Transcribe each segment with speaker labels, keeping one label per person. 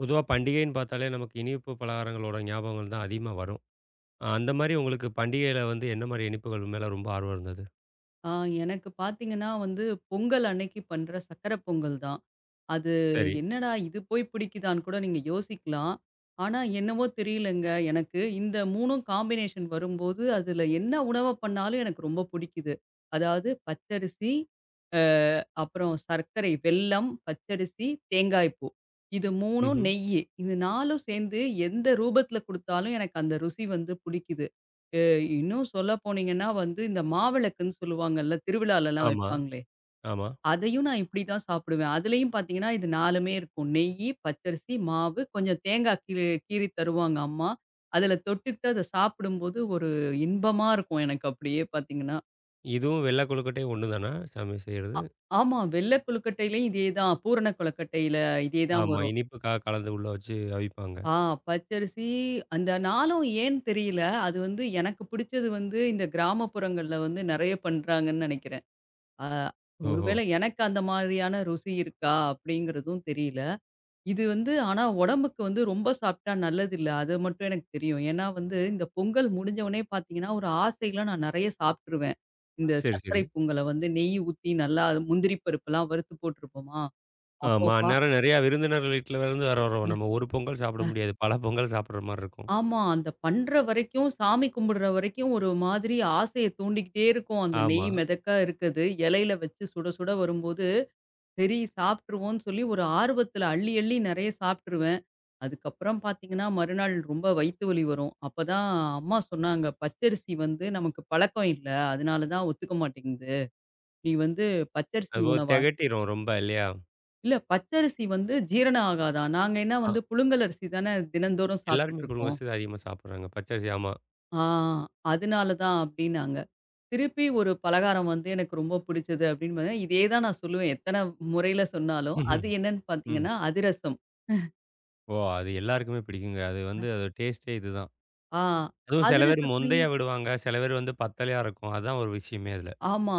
Speaker 1: பொதுவா பண்டிகைன்னு பார்த்தாலே நமக்கு இனிப்பு பலகாரங்களோட ஞாபகங்கள் தான் அதிகமா வரும். அந்த மாரி உங்களுக்கு பண்டிகையில வந்து என்ன மாரி இனிப்புகள் மேல ரொம்ப ஆர்வம் இருந்தது?
Speaker 2: ஆ எனக்கு பார்த்தீங்கன்னா வந்து பொங்கல் அன்னைக்கு பண்ற சக்கரை பொங்கல் தான். அது
Speaker 1: சரி.
Speaker 2: என்னடா! இது போய் பிடிக்குதான்னு கூட நீங்க யோசிக்கலாம். ஆனா, என்னவோ தெரியலங்க. எனக்கு இந்த 3ம் காம்பினேஷன் வரும்போது, அதுல என்ன உணவ பண்ணாலும் எனக்கு ரொம்ப பிடிக்குது. அதாவது பச்சரிசி, அ அப்புறம் சர்க்கரை, வெல்லம், பச்சரிசி, தேங்காய் பூ. இது 3ம்
Speaker 1: ம்ஹ்ம்.
Speaker 2: நெய்யி. இது 4ம் சேர்ந்து எந்த ரூபத்துல குடுத்தாலும் எனக்கு அந்த ருசி வந்து பிடிக்குது. அ இன்னும் சொல்ல போனீங்கன்னா வந்து, இந்த மாவிளக்குன்னு சொல்லுவாங்கல்ல, திருவிழாலலாம்
Speaker 1: ஆமா,
Speaker 2: வைப்பாங்களே!
Speaker 1: ஆமா.
Speaker 2: அதையும் நான் இப்படி தான் சாப்பிடுவேன். அதுலயும் பார்த்தீங்கன்னா, இது 4மே இருக்கும். நெய்யி, பச்சரிசி, மாவு, கொஞ்சம் தேங்காய் கீறு கீறி தருவாங்க அம்மா. அதுல தொட்டுட்டு அத சாப்பிடும்போது ஒரு இன்பமா இருக்கும் எனக்கு அப்படியே பார்த்தீங்கன்னா.
Speaker 1: இதுவும் வெள்ள கொழுக்கட்டையும் ஒண்ணு தானா? சாமி
Speaker 2: அ
Speaker 1: செய்றது?
Speaker 2: ஆமா. வெள்ள கொழுக்கட்டையிலயும் இதே தான். பூரண கொழுக்கட்டையில இதே தான்
Speaker 1: ஆமா.
Speaker 2: வரும்.
Speaker 1: இனிப்பு கலந்து உள்ள வச்சு அவிப்பாங்க.
Speaker 2: ஆ பச்சரிசி அந்த நாளும் ஏன்னு தெரியல. அது வந்து எனக்கு பிடிச்சது வந்து இந்த கிராமப்புறங்கள்ல வந்து நெறைய பண்றாங்கன்னு நெனைக்கிறேன். அ
Speaker 1: ஓஹோ!
Speaker 2: ஒருவேளை எனக்கு அந்த மாதிரியான ருசி இருக்கா அப்படிங்கிறதும் தெரியல. இது வந்து ஆனா உடம்புக்கு வந்து ரொம்ப சாப்பிட்டா நல்லதில்ல. அது மட்டும் எனக்கு தெரியும். ஏன்னா வந்து இந்த பொங்கல் முடிஞ்ச உடனே பார்த்தீங்கன்னா, ஒரு ஆசையில நான் நெறைய சாப்ட்டுருவேன். இந்த
Speaker 1: சரி, சரி.
Speaker 2: சர்க்கரை பொங்கல வந்து நெய் ஊத்தி நல்லா அது முந்திரி பருப்புலாம் வறுத்து போட்டுருப்போமா, அப்போ
Speaker 1: ஆமா.
Speaker 2: பா
Speaker 1: அந்நேரம் நிறையா விருந்தினர்கள் வீட்லருந்து வேற வரும். நம்ம ஒரு பொங்கல் சாப்பிட
Speaker 2: அ
Speaker 1: முடியாது. பல பொங்கல் சாப்பிடுற மாரி இருக்கும்.
Speaker 2: ஆமா. அந்த பண்ற வரைக்கும், சாமி கும்பிடுற வரைக்கும் ஒரு மாதிரி ஆசைய தூண்டிக்கிட்டே இருக்கும். அந்த
Speaker 1: ஆமா.
Speaker 2: நெய் மிதக்க இருக்குது. இலையில வச்சு சுட சுட வரும்போது சரி சாப்பிட்டுருவோன்னு சொல்லி ஒரு ஆர்வத்துல அள்ளி அள்ளி நெறைய சாப்பிட்டுருவேன். அதுக்கப்புறம் பார்த்தீங்கன்னா, மறுநாள் ரொம்ப வயித்து வலி வரும். அப்பதான் அம்மா சொன்னாங்க, "பச்சரிசி வந்து நமக்கு பழக்கம் இல்ல. அதனால தான் ஒத்துக்க மாட்டேங்குது. நீ வந்து பச்சரிசி
Speaker 1: அதுபோக
Speaker 2: உணவா".
Speaker 1: திகட்டிரும் ரொம்ப இல்லையா?
Speaker 2: இல்ல பச்சரிசி வந்து ஜீரணம் ஆகாதாம். நாங்க என்ன
Speaker 1: அ
Speaker 2: வந்து புழுங்கல் அரிசி தானே தினந்தோறும்
Speaker 1: எல்லாருமே
Speaker 2: சாப்பிட்டுட்டுருக்கோம்.
Speaker 1: இப்போ அதிகமா சாப்பிடுறாங்க. பச்சரிசி ஆமா.
Speaker 2: ஆ அதனால தான் அப்டின்னாங்க. திருப்பி ஒரு பலகாரம் வந்து எனக்கு ரொம்ப பிடிச்சது அப்டின்னு இதே தான் நான் சொல்லுவேன். எத்தன முறையில சொன்னாலும்.
Speaker 1: ம்ஹ்ம்.
Speaker 2: அது என்னன்னு
Speaker 1: ம்.
Speaker 2: பார்த்தீங்கன்னா, அதிரசம்.
Speaker 1: ஓ! அது எல்லாருக்குமே பிடிக்குங்க. அது வந்து அது டேஸ்ட்டே இதுதான்.
Speaker 2: ஆ.
Speaker 1: அதுவும் சில பேர்
Speaker 2: அதிரசத்தையும்
Speaker 1: மொந்தயா விடுவாங்க. சில பேர் வந்து பத்தலையா இருக்கும். அதான் ஒரு விஷயமே அதுல.
Speaker 2: ஆமா.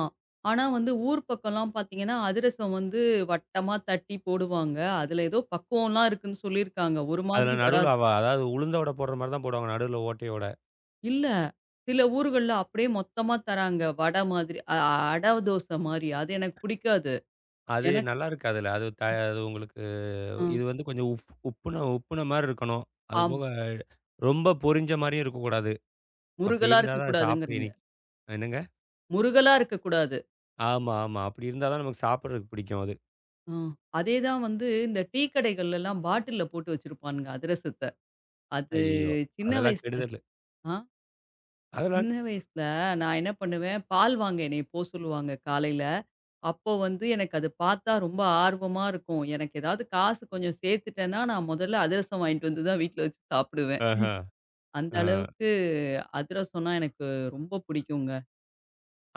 Speaker 2: ஆனா வந்து ஊர் பக்கம்லாம் பார்த்தீங்கன்னா, அதிரசம் வந்து வட்டமா தட்டி போடுவாங்க. அதுல ஏதோ பக்குவம்லாம் இருக்குன்னு சொல்லியிருக்காங்க. ஒரு
Speaker 1: அதுல
Speaker 2: மாதிரி
Speaker 1: நடுவுல
Speaker 2: வராது.
Speaker 1: அவ அதாவது உளுந்த வடை போடுற மாரி தான் போடுவாங்க. நடுவுல ஓட்டையோட.
Speaker 2: இல்ல. சில ஊர்கள்ல அப்படியே மொத்தமா தராங்க. வடை மாதிரி அட தோசை மாரி. அது எனக்கு பிடிக்காது.
Speaker 1: அது
Speaker 2: எனக்கு
Speaker 1: நல்லாருக்கு அதுல. அது உங்களுக்கு
Speaker 2: அ
Speaker 1: இது வந்து கொஞ்சம் உப்புன உப்புன மாரி இருக்கணும்.
Speaker 2: ஆமா.
Speaker 1: அதுபோக ரொம்ப பொரிஞ்ச மாரியும் இருக்கக்கூடாது. அப்படி
Speaker 2: முறுகலா
Speaker 1: இருந்தா தான் சாப்பிட
Speaker 2: இருக்கக்கூடாதுங்கிறீங்க.
Speaker 1: இனிக் என்னங்க?
Speaker 2: முறுகலா இருக்கக்கூடாது.
Speaker 1: ஆமா, ஆமா. அப்படி இருந்தா தான் நமக்கு சாப்பிடுறதுக்கு பிடிக்கும் அது.
Speaker 2: அ. அதே தான் வந்து இந்த டீ கடைகள்லலாம் பாட்டில்ல போட்டு வச்சிருப்பானுங்க அதிரசத்த. அது
Speaker 1: ஐய்யய்யோ!
Speaker 2: சின்ன
Speaker 1: அதெல்லாம்
Speaker 2: வயசுல
Speaker 1: கெடுதலு.
Speaker 2: ஆ.
Speaker 1: அதெல்லாம்
Speaker 2: சின்ன வயசுல நான் என்ன பண்ணுவேன், பால் வாங்க என்னைய போ சொல்லுவாங்க காலையில. அப்போ வந்து எனக்கு அது பார்த்தா ரொம்ப ஆர்வமா இருக்கும். எனக்கு ஏதாவது காசு கொஞ்சம் சேர்த்துட்டேன்னா, நான் முதல்ல அதிரசம் வாங்கிட்டு வந்து தான் வீட்ல வச்சு சாப்பிடுவேன்.
Speaker 1: ஆஹ.
Speaker 2: அந்த
Speaker 1: ஆ.
Speaker 2: அளவுக்கு அதிரசம்னா எனக்கு ரொம்ப பிடிக்குங்க.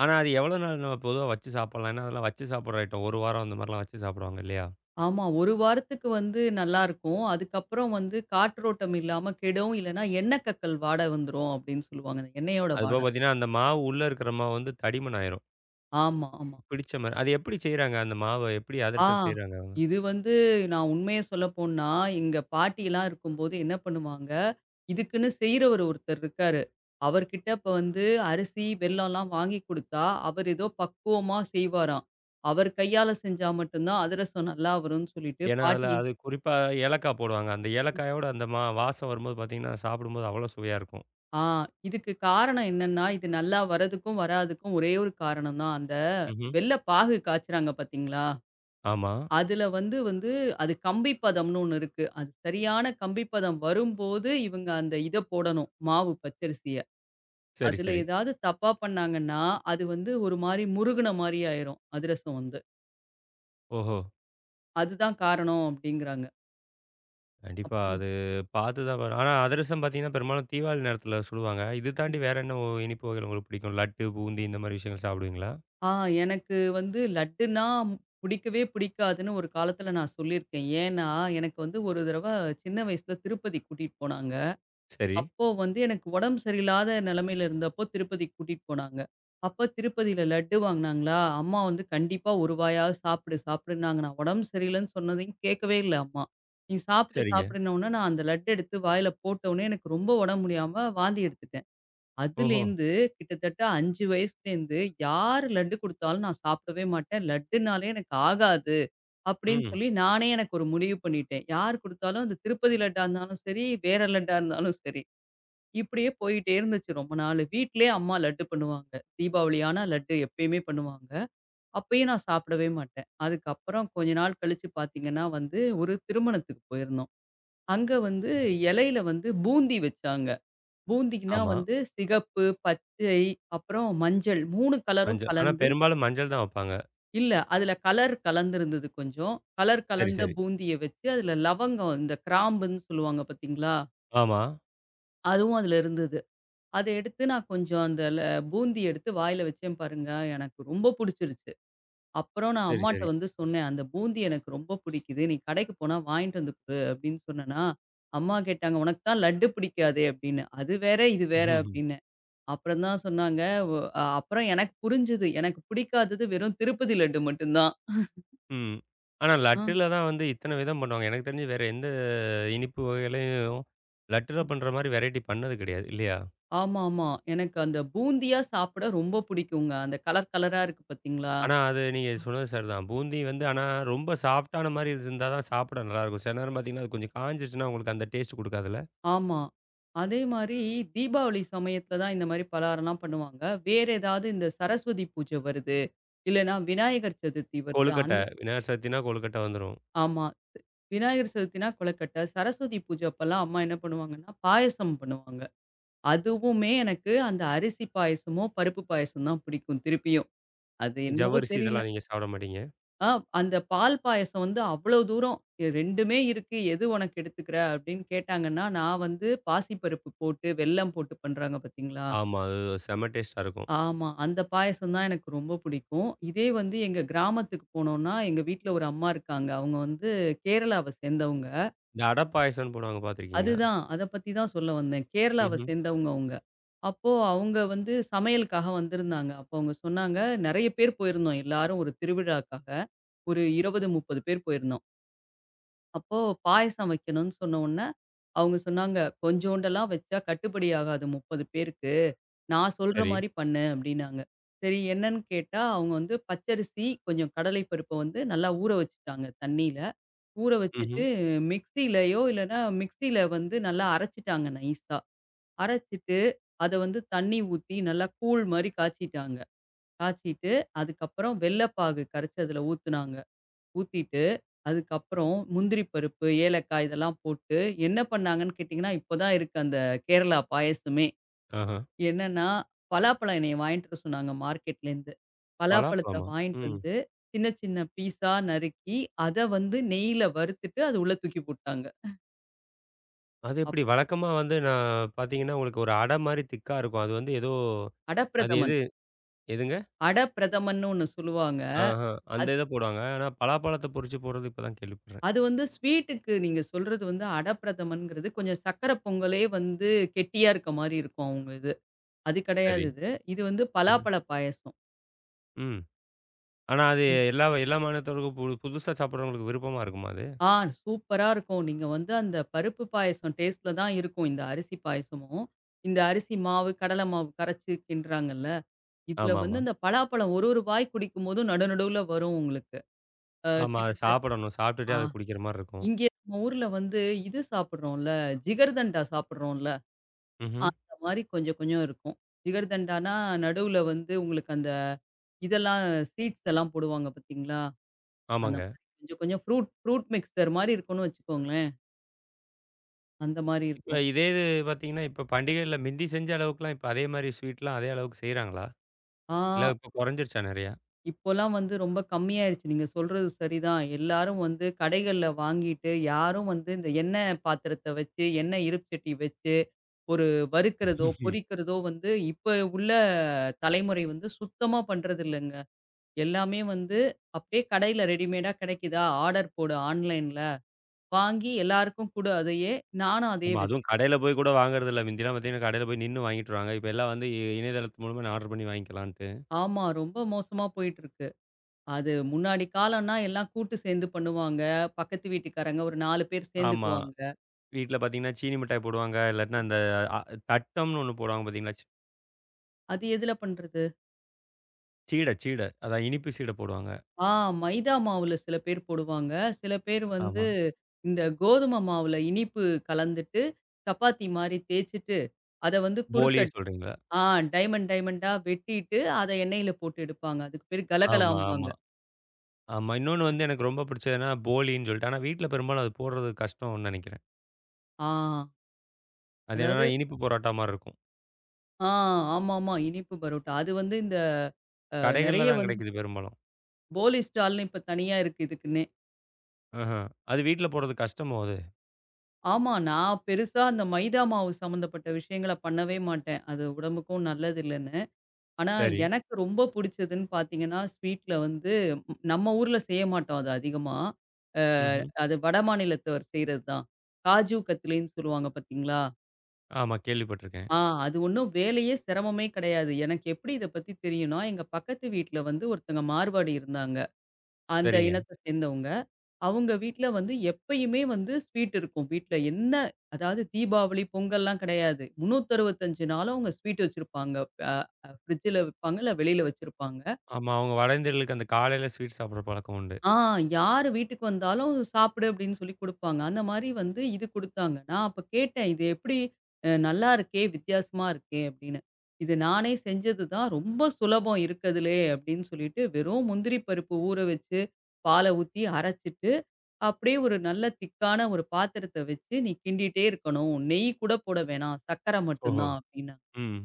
Speaker 1: ஆனா, அது எவ்வளோ நாள் நம்ம பொதுவா வச்சு சாப்பிடலாம்? ஏன்னா, அதெல்லாம் வச்சு சாப்பிடுற ஐட்டம். 1 வாரம் அந்த மாரிலாம் வச்சு சாப்பிடுவாங்க இல்லையா?
Speaker 2: ஆமா, ஒரு வாரத்துக்கு வந்து நல்லாருக்கும். அதுக்கப்புறம் வந்து காற்றோட்டம் இல்லாம கெடும். இல்லன்னா எண்ணெய் கக்கல் வாடை வந்துரும் அப்படின்னு சொல்லுவாங்க. அந்த எண்ணெயோட
Speaker 1: அதுபோக
Speaker 2: வாடை.
Speaker 1: பார்த்தீங்கன்னா, அந்த மாவு உள்ள இருக்கிற மாவு வந்து தடிமன் ஆயிரும்.
Speaker 2: ஆமா, ஆமா.
Speaker 1: பிடிச்ச மாரி. அது எப்படி செய்றாங்க? அந்த மாவ எப்படி
Speaker 2: ஆ.
Speaker 1: அதிரசம் செய்றாங்க அவங்க?
Speaker 2: இது வந்து நான் உண்மைய சொல்லப்போன்னா, எங்க பாட்டிலாம் இருக்கும்போது என்ன பண்ணுவாங்க, இதுக்குன்னு செய்றவரு ஒருத்தர் இருக்காரு. அவர்கிட்ட அப்ப வந்து அரிசி, வெல்லம்லாம் வாங்கி குடுத்தா, அவர் ஏதோ பக்குவமா செய்வாராம். அவர் கையால செஞ்சா மட்டும் தான் அதிரசம் நல்லா வரும்னு சொல்லிட்டு
Speaker 1: ஏன்னா, அதுல
Speaker 2: பாட்டி
Speaker 1: அது குறிப்பா ஏலக்காய் போடுவாங்க. அந்த ஏலக்காயோட அந்த மா வாசம் வரும்போது பார்த்தீங்கன்னா, சாப்பிடும்போது அவ்வளோ சுவையா இருக்கும்.
Speaker 2: ஆ இதுக்கு காரணம் என்னன்னா, இது நல்லா வரதுக்கும், வராதுக்கும் ஒரே ஒரு காரணம் தான். அந்த
Speaker 1: ம்ஹ்ம்.
Speaker 2: வெல்ல பாகு காய்ச்சுறாங்க பார்த்தீங்களா?
Speaker 1: ஆமா.
Speaker 2: அதுல வந்து வந்து அது கம்பி பதம்னு ஒண்ணு இருக்கு. அது சரியான கம்பி பதம் வரும்போது, இவங்க அந்த இத போடணும். மாவு பச்சரிசிய.
Speaker 1: சரி,
Speaker 2: அதுல
Speaker 1: சரி.
Speaker 2: ஏதாவது தப்பா பண்ணாங்கன்னா, அது வந்து ஒரு மாரி முறுகுன மாரி ஆயிரும். அதிரசம் வந்து.
Speaker 1: ஓஹோ!
Speaker 2: அதுதான் காரணம் அப்டிங்கிறாங்க.
Speaker 1: கண்டிப்பா.
Speaker 2: அப்புறம்
Speaker 1: அது பார்த்து தான் பண்ணணும். ஆனா, அதிரசம் பார்த்தீங்கன்னா, பெரும்பாலும் தீபாவளி நேரத்தில சுடுவாங்க. இது தாண்டி வேற என்ன இனிப்பு வகைகள் உங்களுக்கு பிடிக்கும்? லட்டு, பூந்தி இந்த மாரி விஷயங்கள் சாப்பிடுவீங்களா?
Speaker 2: ஆ எனக்கு வந்து லட்டுனா பிடிக்கவே பிடிக்காதுன்னு ஒரு காலத்துல நான் சொல்லியிருக்கேன். ஏன்னா, எனக்கு வந்து ஒரு தடவ சின்ன வயசுல திருப்பதி கூட்டிட்டு போனாங்க.
Speaker 1: சரி.
Speaker 2: அப்போ வந்து எனக்கு உடம்பு சரியில்லாத நிலைமையில இருந்தப்போ திருப்பதிக்கு கூட்டிட்டு போனாங்க. அப்ப திருப்பதியில லட்டு வாங்குனாங்களா, அம்மா வந்து கண்டிப்பா ஒரு வாயாவது சாப்பிடு சாப்பிடுன்னாங்க. நான் உடம்பு சரியில்லன்னு சொன்னதையும் கேட்கவே இல்ல அம்மா. நீ சாப்பிடு
Speaker 1: சரிங்க.
Speaker 2: சாப்பிடுன்ன உடனே நான் அந்த லட்டு எடுத்து வாயில போட்ட உடனே எனக்கு ரொம்ப உடம்பு முடியாம வாந்தி எடுத்துட்டேன்.
Speaker 1: ஓஹோ!
Speaker 2: அதுலேருந்து கிட்டத்தட்ட 5 வயசுலேருந்து யார் லட்டு குடுத்தாலும் நான் சாப்பிடவே மாட்டேன். லட்டுனாலே எனக்கு ஆகாது அப்படின்னு
Speaker 1: ம்.
Speaker 2: சொல்லி நானே எனக்கு ஒரு முடிவு பண்ணிட்டேன். யார் குடுத்தாலும் அது திருப்பதி லட்டா இருந்தாலும் சரி, வேற லட்டா இருந்தாலும் சரி. இப்படியே போயிட்டே இருந்துச்சு ரொம்ப நாள். வீட்லயே அம்மா லட்டு பண்ணுவாங்க. தீபாவளி ஆனா லட்டு எப்பயுமே பண்ணுவாங்க. அப்பயும் நான் சாப்பிடவே மாட்டேன். அதுக்கப்புறம் கொஞ்ச நாள் கழிச்சு பார்த்தீங்கன்னா வந்து, ஒரு திருமணத்துக்கு போயிருந்தோம். அங்க வந்து இலையில வந்து பூந்தி வச்சாங்க. பூந்தின்னா
Speaker 1: ஆமா.
Speaker 2: வந்து சிகப்பு, பச்சை, அப்புறம் மஞ்சள் 3 கலரும்
Speaker 1: மஞ்சள். ஆனா
Speaker 2: கலந்து
Speaker 1: பெரும்பாலும் மஞ்சள் தான் வப்பாங்க.
Speaker 2: இல்ல அதுல கலர் கலந்திருந்தது கொஞ்சம். கலர்
Speaker 1: சரி,
Speaker 2: கலந்த
Speaker 1: சரி.
Speaker 2: பூந்திய வச்சு, அதுல லவங்கம் இந்த கிராம்புன்னு சொல்லுவாங்க பார்த்தீங்களா?
Speaker 1: ஆமா.
Speaker 2: அதுவும் அதுல இருந்தது. அத எடுத்து நான் கொஞ்சம் அந்த ல பூந்தி எடுத்து வாயில வச்சேன் பாருங்க. எனக்கு ரொம்ப புடிச்சிருச்சு. அப்புறம் நான்
Speaker 1: சரி,
Speaker 2: அம்மாட்ட
Speaker 1: சரி.
Speaker 2: வந்து சொன்னேன். "அந்த பூந்தி எனக்கு ரொம்ப புடிக்குது. நீ கடைக்கு போனா வாங்கிட்டு வந்து குடு" அப்படின்னு சொன்னேன்னா, அம்மா கேட்டாங்க, "உனக்கு தான் லட்டு பிடிக்காதே" அப்படின்னு. "அது வேற, இது வேற"
Speaker 1: ம்ஹ்ம்.
Speaker 2: அப்படின்னேன். அப்புறம் தான் சொன்னாங்க, "ஒ அ அப்புறம் எனக்கு புரிஞ்சுது. எனக்கு பிடிக்காதது வெறும் திருப்பதி லட்டு மட்டும் தான்."
Speaker 1: ம். ஆனா
Speaker 2: ஆ.
Speaker 1: லட்டுல தான் வந்து இத்தன விதம் பண்ணுவாங்க. எனக்கு தெரிஞ்சு வேற எந்த இனிப்பு வகையிலயும் லட்டுல பண்ற மாரி வெரைட்டி பண்ணது கிடையாது. இல்லையா?
Speaker 2: ஆமாமா. எனக்கு அந்த பூந்தியா சாப்பிட ரொம்ப பிடிக்குங்க. அந்த கலர் கலரா இருக்கு பார்த்தீங்களா?
Speaker 1: ஆனா அது நீங்க சொன்னது சரிதான். பூந்தி வந்து ஆனா ரொம்ப சாஃப்ட்டான மாரி இருந்தா தான் சாப்பிட நல்லாயிருக்கும். சில நேரம் பார்த்தீங்கன்னா, அது கொஞ்சம் காய்ஞ்சிருச்சுன்னா உங்களுக்கு அந்த டேஸ்ட் குடுக்காதுல்ல?
Speaker 2: ஆமா. அதே மாரி தீபாவளி சமயத்துல தான் இந்த மாரி பலகாரம்லாம் பண்ணுவாங்க. வேற ஏதாவது இந்த சரஸ்வதி பூஜை வருது, இல்லன்னா விநாயகர் சதுர்த்தி வருது.
Speaker 1: கொழுக்கட்டை.
Speaker 2: அந்த
Speaker 1: விநாயகர் சதுர்த்தினா கொழுக்கட்டை வந்துரும்.
Speaker 2: ஆமா. விநாயகர் சதுர்த்தினா கொழுக்கட்டை, சரஸ்வதி பூஜை அப்பலாம் அம்மா என்ன பண்ணுவாங்கன்னா, பாயாசம் பண்ணுவாங்க. அதுவுமே எனக்கு அந்த அரிசி பாயாசமோ, பருப்பு பாயாசம் தான் பிடிக்கும் திருப்பியும். அது என்னவோ
Speaker 1: ஜவ்வரிசி
Speaker 2: தெரியல.
Speaker 1: இதெல்லாம் நீங்க சாப்பிட மாட்டீங்க?
Speaker 2: ஆ அந்த பால் பாயாசம் வந்து அவ்வளோ தூரம் "2மே இருக்கு, எது உனக்கு எடுத்துக்கிற?" அப்படின்னு கேட்டாங்கன்னா, நான் வந்து பாசிப்பருப்பு போட்டு, வெல்லம் போட்டு பண்றாங்க பார்த்தீங்களா?
Speaker 1: ஆமா. அது செம்ம டேஸ்ட்டா இருக்கும்.
Speaker 2: ஆமா. அந்த பாயசம் தான் எனக்கு ரொம்ப பிடிக்கும். இதே வந்து எங்க கிராமத்துக்கு போனோம்னா, எங்க வீட்ல ஒரு அம்மா இருக்காங்க. அவங்க வந்து கேரளாவ சேர்ந்தவங்க.
Speaker 1: இந்த அடை பாயாசம்ன்னு போடுவாங்க பார்த்துருக்கீங்களா?
Speaker 2: அதுதான் அத பத்தி தான் சொல்ல வந்தேன். கேரளாவ
Speaker 1: ம்ஹ்ம்.
Speaker 2: சேர்ந்தவங்க அவங்க. அப்போ அவங்க வந்து சமையலுக்காக வந்திருந்தாங்க. அப்போ அவங்க சொன்னாங்க, நெறைய பேர் போயிருந்தோம் எல்லாரும் ஒரு திருவிழாக்காக. ஒரு 20, 30 பேர் போயிருந்தோம். அப்போ பாயாசம் வைக்கணும்னு சொன்ன உடனே, அவங்க சொன்னாங்க, "கொஞ்சோண்டெல்லாம் வச்சா கட்டுப்படி ஆகாது 30 பேருக்கு. நான் சொல்ற
Speaker 1: சரி.
Speaker 2: மாரி பண்ணு" அப்படின்னாங்க. சரி என்னன்னு கேட்டா, அவங்க வந்து பச்சரிசி, கொஞ்சம் கடலை பருப்ப வந்து நல்லா ஊற வச்சுட்டாங்க தண்ணீல. ஊற
Speaker 1: ம்ஹ்ம்.
Speaker 2: வச்சுட்டு மிக்ஸிலயோ இல்லன்னா மிக்ஸில வந்து நல்லா அரைச்சுட்டாங்க நைஸா. அரைச்சுட்டு அத வந்து தண்ணி ஊத்தி நல்லா கூழ் மாரி காய்ச்சிட்டாங்க. காய்ச்சிட்டு அதுக்கப்புறம் வெல்லப்பாகு கரைச்சு அதுல ஊத்துனாங்க. ஊத்திட்டு, அதுக்கப்புறம் முந்திரி பருப்பு, ஏலக்காய் இதெல்லாம் போட்டு என்ன பண்ணாங்கன்னு கேட்டீங்கன்னா, இப்போ தான் இருக்கு அந்த கேரளா பாயாசமே.
Speaker 1: ஆஹா.
Speaker 2: என்னன்னா, பலாப்பழம் என்னைய வாங்கிட்டு வர சொன்னாங்க மார்க்கெட்லேருந்து. பலாப்பழத்த
Speaker 1: பலாப்பழமா?
Speaker 2: வாங்கிட்டு
Speaker 1: ம்.
Speaker 2: வந்து சின்ன சின்ன பீஸா நறுக்கி, அத வந்து நெய்யில வறுத்துட்டு அது உள்ள தூக்கி போட்டாங்க.
Speaker 1: அது
Speaker 2: அப்
Speaker 1: எப்படி வழக்கமா வந்து நான் பார்த்தீங்கன்னா, உங்களுக்கு ஒரு அடை மாரி திக்கா இருக்கும். அது வந்து ஏதோ அது
Speaker 2: அடப்பிரதமன்.
Speaker 1: எது எதுங்க?
Speaker 2: அடப்பிரதமன்னு ஒண்ணு சொல்லுவாங்க.
Speaker 1: ஆஹா.
Speaker 2: அது
Speaker 1: அந்த இத போடுவாங்க. ஆனா பலாப்பழத்த பொறிச்சு போடுறது இப்ப தான் கேள்விப்படுறேன்.
Speaker 2: அது வந்து ஸ்வீட்டுக்கு நீங்க சொல்றது வந்து அடப்பிரதமன்ங்கிறது கொஞ்சம் சர்க்கரை பொங்கலே வந்து கெட்டியா இருக்க மாரி இருக்கும் அவங்க இது. அது
Speaker 1: சரி.
Speaker 2: கிடையாது இது. இது வந்து
Speaker 1: ம்.
Speaker 2: பலாப்பழ பாயாசம்.
Speaker 1: ம். ஆனா அது
Speaker 2: ம்.
Speaker 1: எல்லா எல்லா மாநிலத்தவருக்கும் புது புதுசா சாப்பிடுறவங்களுக்கு விருப்பமா இருக்குமா அது?
Speaker 2: ஆ சூப்பரா இருக்கும். நீங்க வந்து அந்த பருப்பு பாயாசம் டேஸ்ட்ல தான் இருக்கும் இந்த அரிசி பாயாசமும். இந்த அரிசி மாவு, கடலை மாவு கரைச்சு கிண்டுறாங்கல்ல. இதுல வந்து
Speaker 1: ஆமாமா.
Speaker 2: அந்த பலாப்பழம் ஒரு ஒரு வாய் குடிக்கும்போதும் நடு நடுவுல வரும் உங்களுக்கு. அ
Speaker 1: ஆமா. அத
Speaker 2: கிட்டத்தட்ட
Speaker 1: சாப்பிடணும்.
Speaker 2: ஆ
Speaker 1: சாப்பிட்டுட்டே அத குடிக்கிற மாரி இருக்கும்.
Speaker 2: இங்கே நம்ம ஊர்ல வந்து இது சாப்பிடுறோம்ல, ஜிகர்தண்டா சாப்பிடுறோம்ல,
Speaker 1: ம்ஹ்ம்.
Speaker 2: அந்த மாரி கொஞ்சம் கொஞ்சம் இருக்கும். ஜிகர்தண்டானா நடுவுல வந்து உங்களுக்கு அந்த இதெல்லாம் சீட்ஸ் எல்லாம் போடுவாங்க பார்த்தீங்களா? அந்த
Speaker 1: ஆமாங்க.
Speaker 2: மாரி கொஞ்சம் கொஞ்சம் ஃப்ரூட் ஃப்ரூட் மிக்ஸ்சர் மாரி இருக்கும்னு வச்சுக்கோங்களேன். அந்த மாரி
Speaker 1: இப்ப
Speaker 2: இருக்கும்.
Speaker 1: இதே இது பார்த்தீங்கன்னா, இப்ப பண்டிகைகள்ல மிந்தி செஞ்ச அளவுக்குலாம் இப்ப அதே மாரி ஸ்வீட்லாம் அதே அளவுக்கு செய்றாங்களா?
Speaker 2: ஆ
Speaker 1: இல்ல இப்ப குறைஞ்சிருச்சா நெறையா?
Speaker 2: இப்போலாம் வந்து ரொம்ப கம்மியாயிருச்சு. நீங்க சொல்றது சரிதான். எல்லாரும் வந்து கடைகள்ல வாங்கிட்டு, யாரும் வந்து இந்த எண்ணெய் பாத்திரத்த வச்சு, எண்ணெய் இருப்பு சட்டி வச்சு, ஒரு வறுக்கிறதோ, பொரிக்கிறதோ வந்து இப்ப உள்ள தலைமுறை வந்து சுத்தமா பண்றதில்லங்க. எல்லாமே வந்து அப்படியே கடையில ரெடிமேடா கிடைக்குதா, ஆர்டர் போடு ஆன்லைன்ல. வாங்கி எல்லாருக்கும் குடு அதையே. நானும் அதையே
Speaker 1: ஆமா. அதுவும்
Speaker 2: வச்சு
Speaker 1: கடையில போய் கூட வாங்குறதில்ல. மிந்திலாம் பார்த்தீங்கன்னா, கடையில போய் நின்னு வாங்கிட்டு வருவாங்க. இப்ப எல்லாம் வந்து இணையதளத்து மூலமா நான் ஆர்டர் பண்ணி வாங்கிக்கலான்ட்டு.
Speaker 2: ஆமா. ரொம்ப மோசமா போயிட்டுருக்கு. அது முன்னாடி காலம்னா எல்லாம் கூட்டு சேர்ந்து பண்ணுவாங்க. பக்கத்து வீட்டுக்காரங்க ஒரு 4 பேர்
Speaker 1: ஆமா.
Speaker 2: சேர்ந்துக்குவாங்க.
Speaker 1: வீட்ல பார்த்தீங்கன்னா, சீனி மிட்டாய் போடுவாங்க. இல்லாட்டினா அந்த அ தட்டம்னு ஒண்ணு போடுவாங்க பார்த்தீங்களா?
Speaker 2: அது எதுல பண்றது?
Speaker 1: சீடை சீடை. அதான் இனிப்பு சீடை போடுவாங்க.
Speaker 2: ஆ மைதா மாவுல சில பேர் போடுவாங்க. சில பேர் வந்து
Speaker 1: ஆமா.
Speaker 2: இந்த கோதுமை மாவுல இனிப்பு கலந்துட்டு, சப்பாத்தி மாரி தேய்ச்சுட்டு, அத வந்து குறுக்க
Speaker 1: போலி சொல்றீங்களா?
Speaker 2: ஆ டைமண்ட் டைமண்டா வெட்டிட்டு, அத எண்ணெயில போட்டு எடுப்பாங்க. அதுக்கு பேரு
Speaker 1: ஆமா,
Speaker 2: கலகலாம்பாங்க.
Speaker 1: ஆமா. ஆமா. இன்னொன்னு வந்து எனக்கு ரொம்ப பிடிச்சதுன்னா, போலின்னு சொல்லிட்டு. ஆனா வீட்ல பெரும்பாலும் அது போடுறது கஷ்டம்னு நெனைக்கிறேன்.
Speaker 2: ஆ
Speaker 1: அது என்னன்னா
Speaker 2: அதாவது
Speaker 1: இனிப்பு பரோட்டா மாரி இருக்கும்.
Speaker 2: ஆ ஆமாமா. இனிப்பு பரோட்டா. அது வந்து இந்த அ
Speaker 1: கடைகள்ல
Speaker 2: நெறைய
Speaker 1: தான்
Speaker 2: வந்து
Speaker 1: கிடைக்குது பெரும்பாலும்.
Speaker 2: போலி ஸ்டால்ன்னு இப்ப தனியா இருக்கு இதுக்குன்னே.
Speaker 1: ஆஹ. அது வீட்ல போடுறது கஷ்டமோ அது?
Speaker 2: ஆமா. நான் பெருசா அந்த மைதா மாவு சம்மந்தப்பட்ட விஷயங்கள பண்ணவே மாட்டேன். அது உடம்புக்கும் நல்லது இல்லன்னு. ஆனா,
Speaker 1: சரி.
Speaker 2: எனக்கு ரொம்ப புடிச்சதுன்னு பார்த்தீங்கன்னா, ஸ்வீட்ல வந்து ம் நம்ம ஊர்ல செய்ய மாட்டோம் அது அதிகமா. அ
Speaker 1: ம்ஹ்ம்.
Speaker 2: அது வடமாநிலத்தவர் செய்றது தான். காஜு கத்லின்னு சொல்லுவாங்க பார்த்தீங்களா?
Speaker 1: ஆமா கேள்விப்பட்டுருக்கேன்.
Speaker 2: ஆ அது ஒண்ணும் வேலையே சிரமமே கிடையாது. எனக்கு எப்படி இத பத்தி தெரியும்னா, எங்க பக்கத்து வீட்ல வந்து ஒருத்தங்க மார்வாடி இருந்தாங்க. அந்த
Speaker 1: சரிங்க.
Speaker 2: இனத்த சேர்ந்தவங்க. அவங்க வீட்ல வந்து எப்பயுமே வந்து ஸ்வீட் இருக்கும். வீட்ல என்ன அதாவது தீபாவளி, பொங்கல்லாம் கிடையாது. 365 நாளும் அவங்க ஸ்வீட் வச்சிருப்பாங்க. அ அ ஃப்ரிட்ஜ்ல வைப்பாங்க, இல்ல வெளியில வச்சிருப்பாங்க.
Speaker 1: ஆமா. அவங்க வட இந்தியர்களுக்கு அந்த காலையில ஸ்வீட் சாப்பிடுற பழக்கம் உண்டு.
Speaker 2: ஆ யாரு வீட்டுக்கு வந்தாலும் சாப்பிடு அப்படின்னு சொல்லி குடுப்பாங்க. அந்த மாரி வந்து இது குடுத்தாங்க. நான் அப்ப கேட்டேன், "இது எப்படி அ நல்லா இருக்கே! வித்தியாசமா இருக்கே!" அப்படின்னு. "இது நானே செஞ்சது தான். ரொம்ப சுலபம் இருக்கதுலே" அப்படின்னு சொல்லிட்டு வெறும் முந்திரி பருப்பு ஊற வச்சு, பால ஊத்தி அரைச்சிட்டு அப்படியே ஒரு நல்ல திக்கான ஒரு பாத்திரத்த வச்சு நீ கிண்டிட்டே இருக்கணும். நெய் கூட போட வேணாம். சர்க்கரை மட்டும்
Speaker 1: ஓஹோ!
Speaker 2: தான் அப்படின்னாங்க.
Speaker 1: ம்.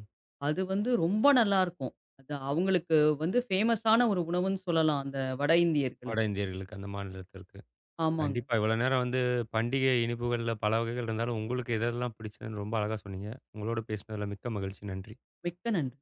Speaker 2: அது வந்து ரொம்ப நல்லாருக்கும். அது அவங்களுக்கு வந்து ஃபேமஸான ஒரு உணவுன்னு சொல்லலாம். அந்த வட இந்தியர்களுக்கு.
Speaker 1: வட இந்தியர்களுக்கு அந்த மாநிலத்திற்கு.
Speaker 2: ஆமாங்க.
Speaker 1: கண்டிப்பா இவ்வளோ நேரம் வந்து பண்டிகை இனிப்புகள்ல பல வகைகள் இருந்தாலும், உங்களுக்கு எதெல்லாம் பிடிச்சதுன்னு ரொம்ப அழகா சொன்னீங்க. உங்களோட பேசினதில மிக்க மகிழ்ச்சி. நன்றி.
Speaker 2: மிக்க நன்றி.